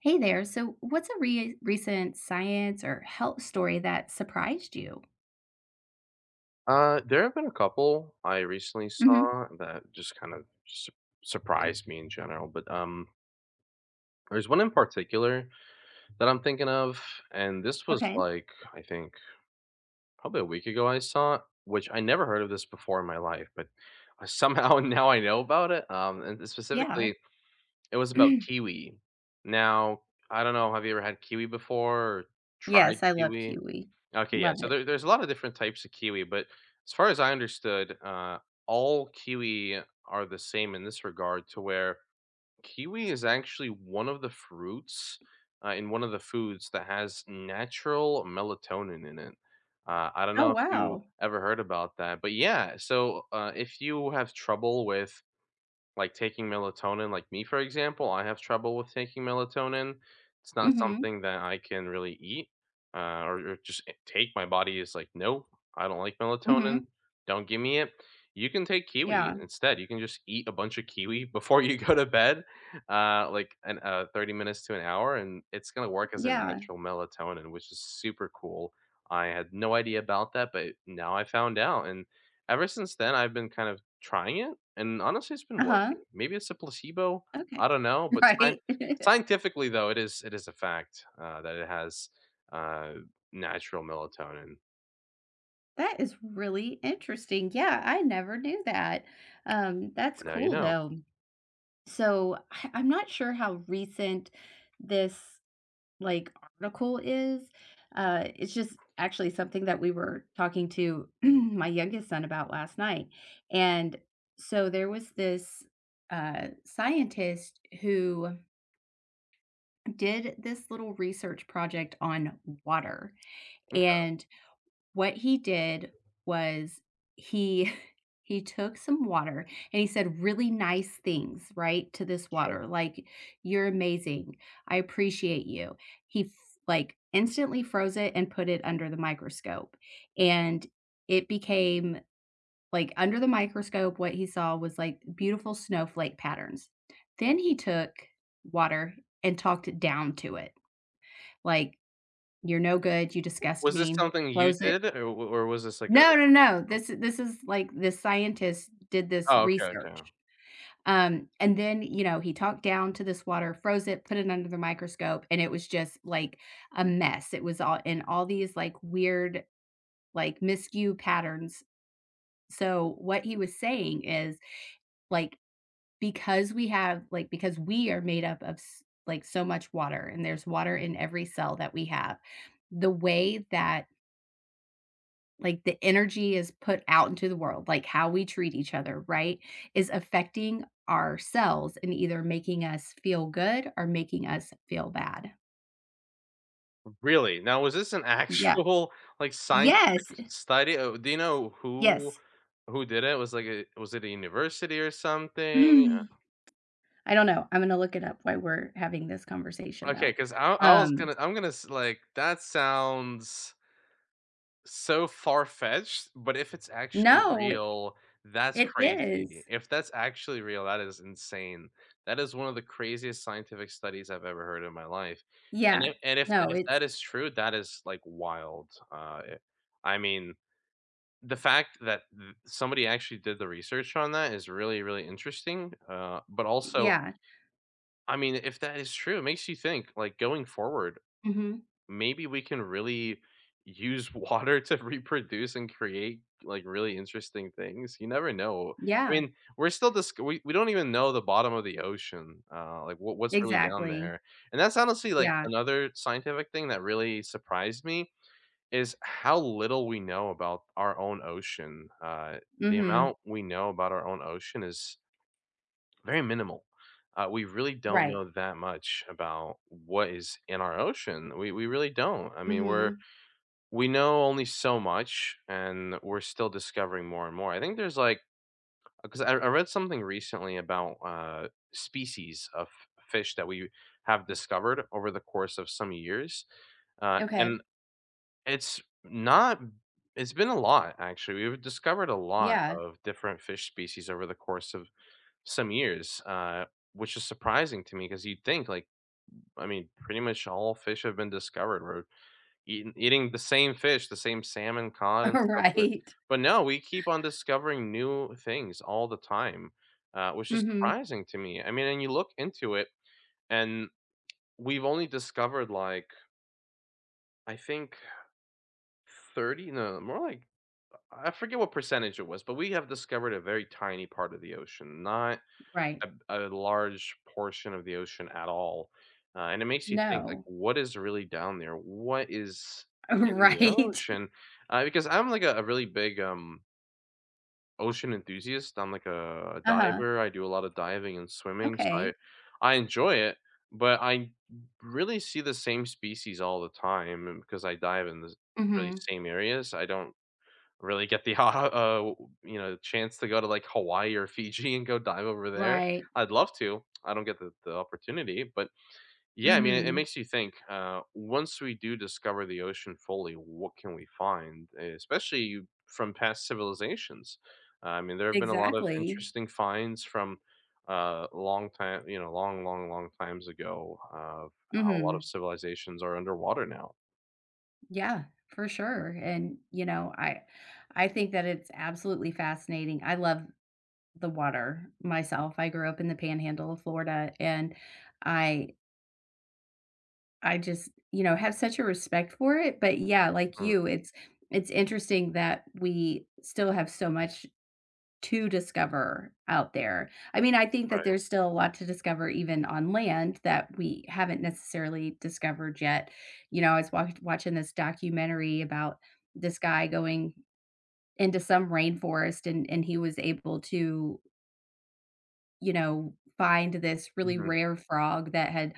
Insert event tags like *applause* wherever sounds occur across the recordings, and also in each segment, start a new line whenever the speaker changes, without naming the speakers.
Hey there. So, what's a recent science or health story that surprised you?
There have been a couple I recently
Hmm.
saw that just kind of su surprised me in general, but, there's one in particular that I'm thinking of, and this was,
Okay.
like, I think probably a week ago I saw it, which I never heard of this before in my life, but, somehow *laughs* now I know about it, and
Yeah.
specifically, it was about
*clears throat*
kiwi. Now, I don't know, have you ever had kiwi before or tried
Yes, I love
kiwi?
kiwi.
Okay, yeah.
Love
So
it.
there's a lot of different types of kiwi, but as far as I understood, all kiwi are the same in this regard, to where kiwi is actually one of the fruits in one of the foods that has natural melatonin in it. I don't
Oh
know if you
wow.
ever heard about that, but yeah. So if you have trouble with like, taking melatonin like me, for example, I have trouble with taking melatonin. It's not
Mm-hmm.
something that I can really eat, uh, or just, take. My body is like, "Nope, I don't like melatonin.
Mm-hmm.
Don't give me it." You can take kiwi
Yeah.
instead. You can just eat a bunch of kiwi before *laughs* you go to bed, like, an 30 minutes to an hour, and it's gonna work as a
Yeah.
natural melatonin, which is super cool. I had no idea about that, but now I found out, and ever since then, I've been kind of trying it, and honestly, it's been
Uh-huh.
working. Maybe it's a placebo, I
Okay.
don't know,
*laughs*
but
Right. *laughs*
scientifically, though, it is a fact, that it has, uh, natural melatonin.
That is really interesting. Yeah, I never knew that. That's
Now you
cool
know.
though. So I'm not sure how recent this, like, article is. It's just actually something that we were talking to *clears throat* my youngest son about last night, and so there was this, scientist who did this little research project on water,
Okay,
and what he did was he *laughs* he took some water and he said really nice things, right, to this
sure.
water, like, "You're amazing. I appreciate you." He f Like, instantly froze it and put it under the microscope, and it became, like, under the microscope, what he saw was, like, beautiful snowflake patterns. Then he took water and talked it down to it, like, "You're no good. You
W
disgust
Was this
me."
something you
Froze it.
did, or w or was this like a
No, no, no.
*laughs*
This is like this scientist did this
Oh, okay, okay.
research. And then, he talked down to this water, froze it, put it under the microscope, and it was just like a mess. It was all in all these like weird, like miscue patterns. So what he was saying is, like, because we are made up of like so much water, and there's water in every cell that we have. The way that Like, the energy is put out into the world, like, how we treat each other, right, is affecting ourselves and either making us feel good or making us feel bad.
Really? Now was this an *laughs*
Yeah.
actual, like,
Yes,
scientific study? Oh, do you know
yes. *clears throat*
who did it? Was, like, a was it a university or something?
Mm. I don't know. I'm gonna look it up while we're having this conversation,
Okay,
though.
because I was
Um,
gonna I'm gonna s like, that sounds so far-fetched, but if it's actually
no,
real, that's
it is.
crazy. If that's actually real, that is insane. That is one of the craziest scientific studies I've ever heard in my life, and
Yeah. No,
if
it's
that is true, that is, like, wild. I mean, the fact that th somebody actually did the research on that is really, really interesting, but also,
yeah.
I mean, if that is true, it makes you think, like, going forward,
Mhm.
maybe we can really use *laughs* water to reproduce and create like really interesting things. You never know. I
Yeah,
mean, we're still we don't even know the bottom of the ocean. Like what's really down
exactly.
there. And that's honestly like
Yeah.
another scientific thing that really surprised me is how little we know about our own ocean. The
Mhm.
amount we know about our own ocean is very minimal. We really don't
Right.
know that much about what is in our ocean. We really don't. I mean, we're
Mhm.
we know only so much, and we're still discovering more and more. I think there's like because I read something recently about species of fish that we have discovered over the course of some years,
Okay.
and it's not. It's been a lot actually. We've discovered a lot
Yeah.
of different fish species over the course of some years, which is surprising to me because you'd think, like, I mean, pretty much all fish have been discovered. We're eating the same fish, the same salmon, cod,
*laughs*
and stuff. But,
Right.
but no, we keep on discovering new things all the time, which is
Mhm.
surprising to me. I mean, and you look into it, and we've only discovered, like, I think 30, no, more like, I forget what percentage it was, but we have discovered a very tiny part of the ocean, not
Right.
a, a large portion of the ocean at all. And it makes you think, like,
No. *laughs*
what is really down there? What is in the
Right.
ocean? Because I'm like a really big ocean enthusiast. I'm like a
Uh-huh.
diver. I do a lot of diving and swimming, so I
Okay.
I enjoy it. But I really see the same species all the time, and because I dive in the really
Mhm.
same areas. I don't really get the *laughs* you know, chance to go to, like, Hawaii or Fiji and go dive over there.
Right.
I'd love to. I don't get the opportunity, but, yeah, I mean, it
Mhm.
makes you think, once we do discover the ocean fully, what can we find, especially from past civilizations? I mean, there have been a lot of
Exactly.
interesting finds from, long time you know, long, long, long times ago of how a lot of
Mhm.
civilizations are underwater now.
Yeah, for sure. And, I think that it's absolutely fascinating. I love the water myself. I grew up in the panhandle of Florida, and I I just, have such a respect for it. But yeah, like
Mm,
you, it's interesting that we still have so much to discover out there. I mean, I think that
right.
there's still a lot to discover even on land that we haven't necessarily discovered yet. You know, I was wa watching this documentary about this guy going into some rainforest, and he was able to, find this really
Mhm.
rare frog that had,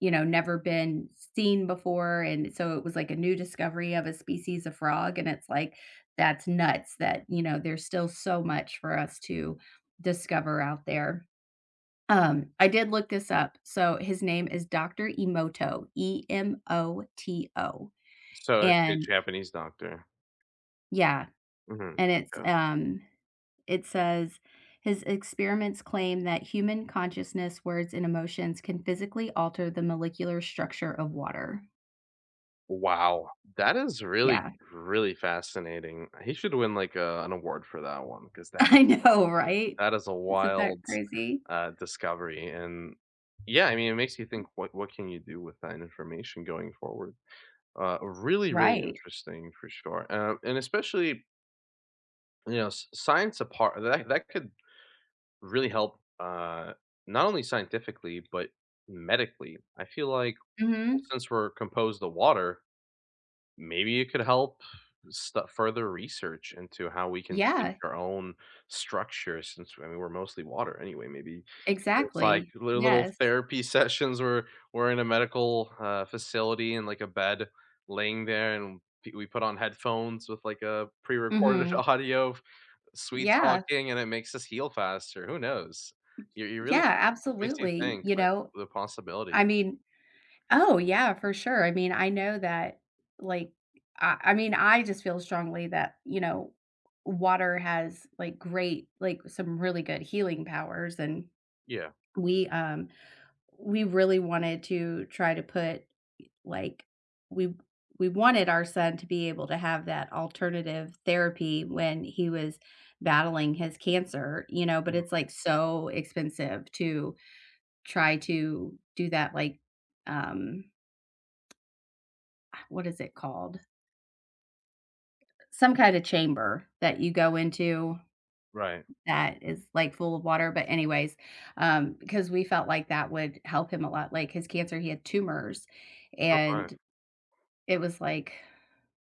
never been seen before, and so it was like a new discovery of a species of frog, and it's like, that's nuts that, there's still so much for us to discover out there. I did look this up, so his name is Dr. Emoto, Emoto,
So, a
and
Japanese doctor.
yeah,
Mhm.
and it's,
Yeah.
um it says, "His experiments claim that human consciousness, words, and emotions can physically alter the molecular structure of water."
Wow. That is really,
Yeah.
really fascinating. He should win, like, a an award for that one because
*laughs*
that is
I know,
wild.
right?
That is a
Isn't that
wild,
crazy?
discovery, and yeah, I mean, it makes you think what can you do with that information going forward? Really, really
Right.
interesting for sure, and especially, you know, s science apart that could really help, not only scientifically, but medically. I feel like, well,
Mhm.
since we're composed of water maybe it could help stu further research into how we can change
Yeah,
our own structure since, I mean, we're mostly water anyway, maybe it's like
exactly.
li little
Yes.
therapy *laughs* sessions where we're in a medical, facility and like, a bed laying there, and p we put on headphones with, like, a pre-recorded *laughs*
Mhm.
audio of sweet
Yeah.
talking, and it makes us heal faster, who knows? You really
Yeah,
makes you
absolutely,
think,
you
like,
know?
the
I
possibilities.
mean. Oh, yeah, for sure. I mean, I know that, like, I mean, I just feel strongly that, water has, like, great, like, some really good healing powers, and
Yeah.
we, um we really wanted to try to put, like, we we wanted our son to be able to have that alternative therapy when he was battling his cancer, you know, but
Mm,
it's, like, so expensive to try to do that, like, um, what is it called? Some kind of chamber that you go into
right.
that is, like, full of water, but anyways, because we felt like that would help him a lot, like, his cancer, he had tumors,
Alright,
and it was like,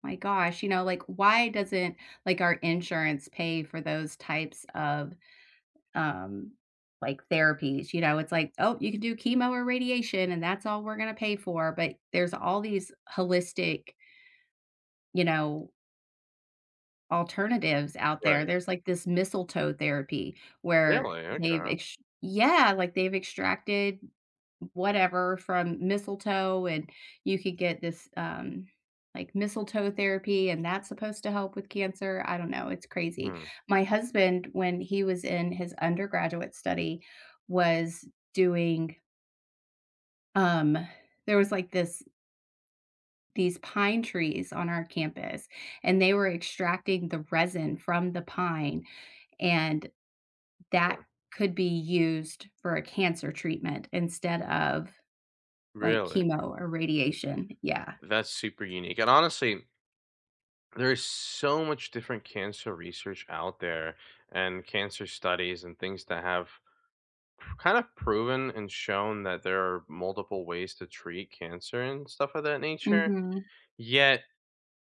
my gosh, you know, like, why doesn't, like, our insurance pay for those types of, um, like, therapies? You know, it's like, "Oh, you can do chemo or radiation, and that's all we're gonna pay for," but there's all these holistic, you know, alternatives out there.
right.
There's, like, this mistletoe therapy where
Really?
they've
Okay.
ex yeah, like, they've extracted whatever from mistletoe, and you could get this, like, mistletoe therapy, and that's supposed to help with cancer. I don't know, it's crazy.
Hmm.
My husband, when he was in his undergraduate study, was doing, um there was, like, this these pine trees on our campus, and they were extracting the resin from the pine, and that could be used for a cancer treatment instead of like
Really?
chemo or radiation. Yeah.
That's super unique. And honestly, there is so much different cancer research out there and cancer studies and things that have kind of proven and shown that there are multiple ways to treat cancer and stuff of that nature.
Mhm.
Yet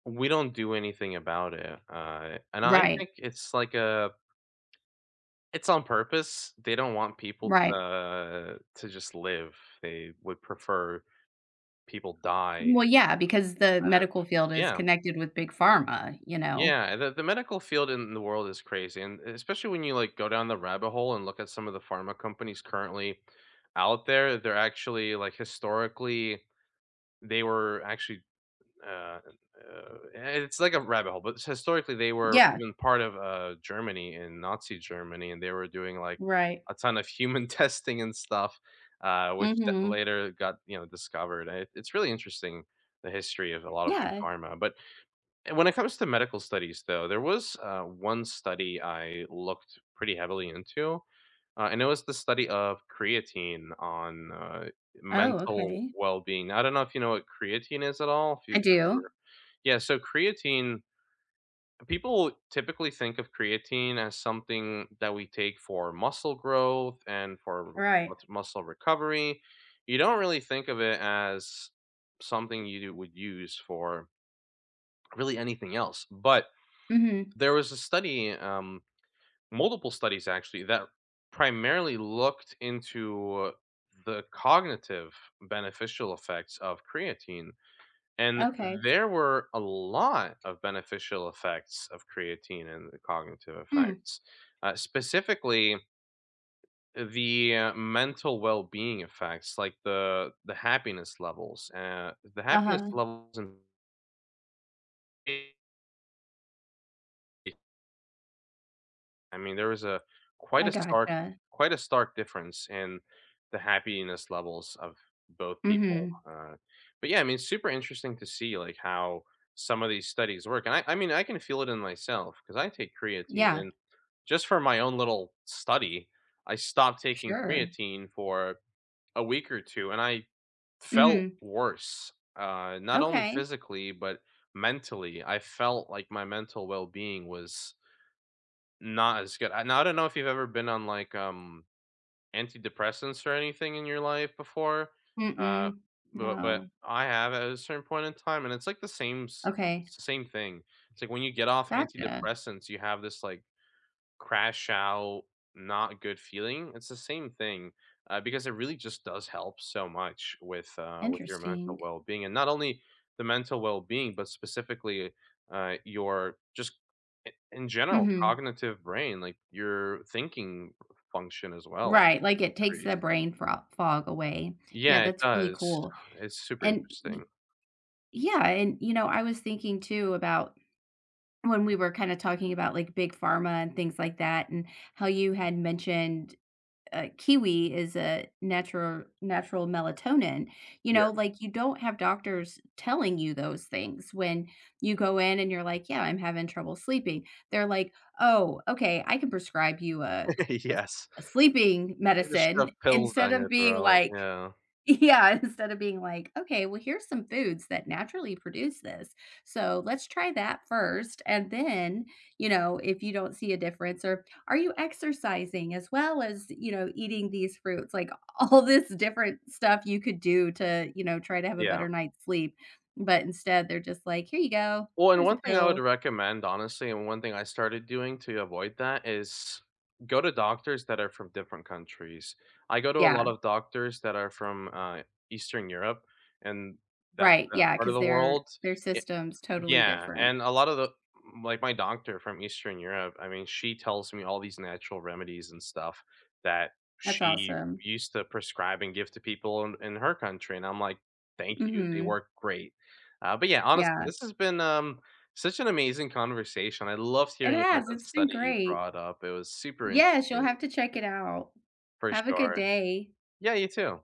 we don't do anything about it. And I
Right,
think it's like a it's on purpose. They don't want people
right.
to just live. They would prefer people die
Well, yeah,
and
because the
kind of
medical field is
yeah.
connected with big pharma, you know?
Yeah, the medical field in the world is crazy, and especially when you like go down the rabbit hole and look at some of the pharma companies currently out there, they're actually like historically they were actually uh, it's like a rabbit hole, but it's historically they were
Yeah,
even part of Germany in Nazi Germany, and they were doing like
right.
a ton of human *laughs* testing and stuff, which
Mhm.
later got you know discovered. And It's really interesting the history of a lot of big
Yeah.
pharma, but and when it comes to medical studies, though, there was one study I looked pretty heavily into, and it was the study of creatine on
Oh,
mental
okay.
well-being. I don't know if you know what creatine is at all. If
I
you've
do.
ever, yeah, so creatine. People typically think of creatine as something that we take for muscle growth and for
Right.
muscle recovery. You don't really think of it as something you would use for really anything else, but
Mhm.
there was a study, multiple studies actually, that primarily looked into the cognitive beneficial effects of creatine. And
Okay.
there were a lot of beneficial effects of creatine and the cognitive
Mm.
effects, specifically the mental well-being effects, like the happiness levels. The happiness
Uh-huh.
levels in I mean, there was a quite
I
a stark
gotcha.
quite a stark difference in the happiness levels of both people.
Mhm.
But yeah, I mean, it's super interesting to see like how some of these studies work. And I mean, I can feel it in myself because I take creatine
Yeah,
and just for my own little study, I stopped taking
sure.
creatine for a week or two and I felt
Mhm.
worse. Not only
Okay.
physically, but mentally. I felt like my mental well being was not as good. I now I don't know if you've ever been on, like, antidepressants or anything in your life before, uh,
Mm-mm.
bu but
No.
I have at a certain point in time, and it's, like, the same s
Okay.
same thing. It's, like, when you get off
Gotcha.
antidepressants, you have this, like crash out, not good feeling, it's the same thing, because it really just does help so much with your mental
Interesting.
well-being, and not only the mental well-being, but specifically, your just I in general,
Mhm.
cognitive brain, like, your thinking function as well
Right,
is
like, it takes the
increased.
brain fro fog away. Yeah,
Yeah, it
that's really
does.
cool.
It's super
And y
interesting.
yeah, and, you know, I was thinking too about when we were kinda talking about, like, big pharma and things like that, and how you had mentioned, kiwi is a natural melatonin. You know,
Yeah.
like, you don't have doctors telling you those things when you go in and you're like, "Yeah, I'm having trouble sleeping." They're like, "Oh, okay, I can prescribe you
*laughs*
a,
Yes.
a sleeping
They just shove
medicine,"
pills
instead
down
of
your
being
throat,
like,
yeah.
yeah, *laughs* instead of being like, "Okay, well, here's some foods that naturally produce this, so let's try that first, and then, you know, if you don't see a difference or are you exercising as well as, you know, eating these fruits?" Like, *laughs* all this different stuff you could do to, you know, try to have a
Yeah.
better night's sleep, but instead, they're just like, "Here you go.
Well, and
Here's a
one thing I would
pill."
recommend, honestly, and one thing I started doing to avoid that is go to doctors that are from different countries. I go to a
Yeah,
lot of doctors that are from Eastern Europe and
right,
that
yeah.
part of
Because
the world.
their system's totally
Yeah,
different.
and a lot of the like my doctor from Eastern Europe, I mean, she tells me all these natural remedies and stuff that
That's
she
awesome.
used to prescribe and give to people in her country, and I'm like, thank you, they
Mhm,
work great. But yeah, honestly,
yeah.
this has been such an amazing conversation. I loved
It
hearing about
has,
that
it's been
study you
great.
brought up. It was super
Yes, you'll
interesting
have to check it out.
for
Have a good
sure.
day.
Yeah, you too.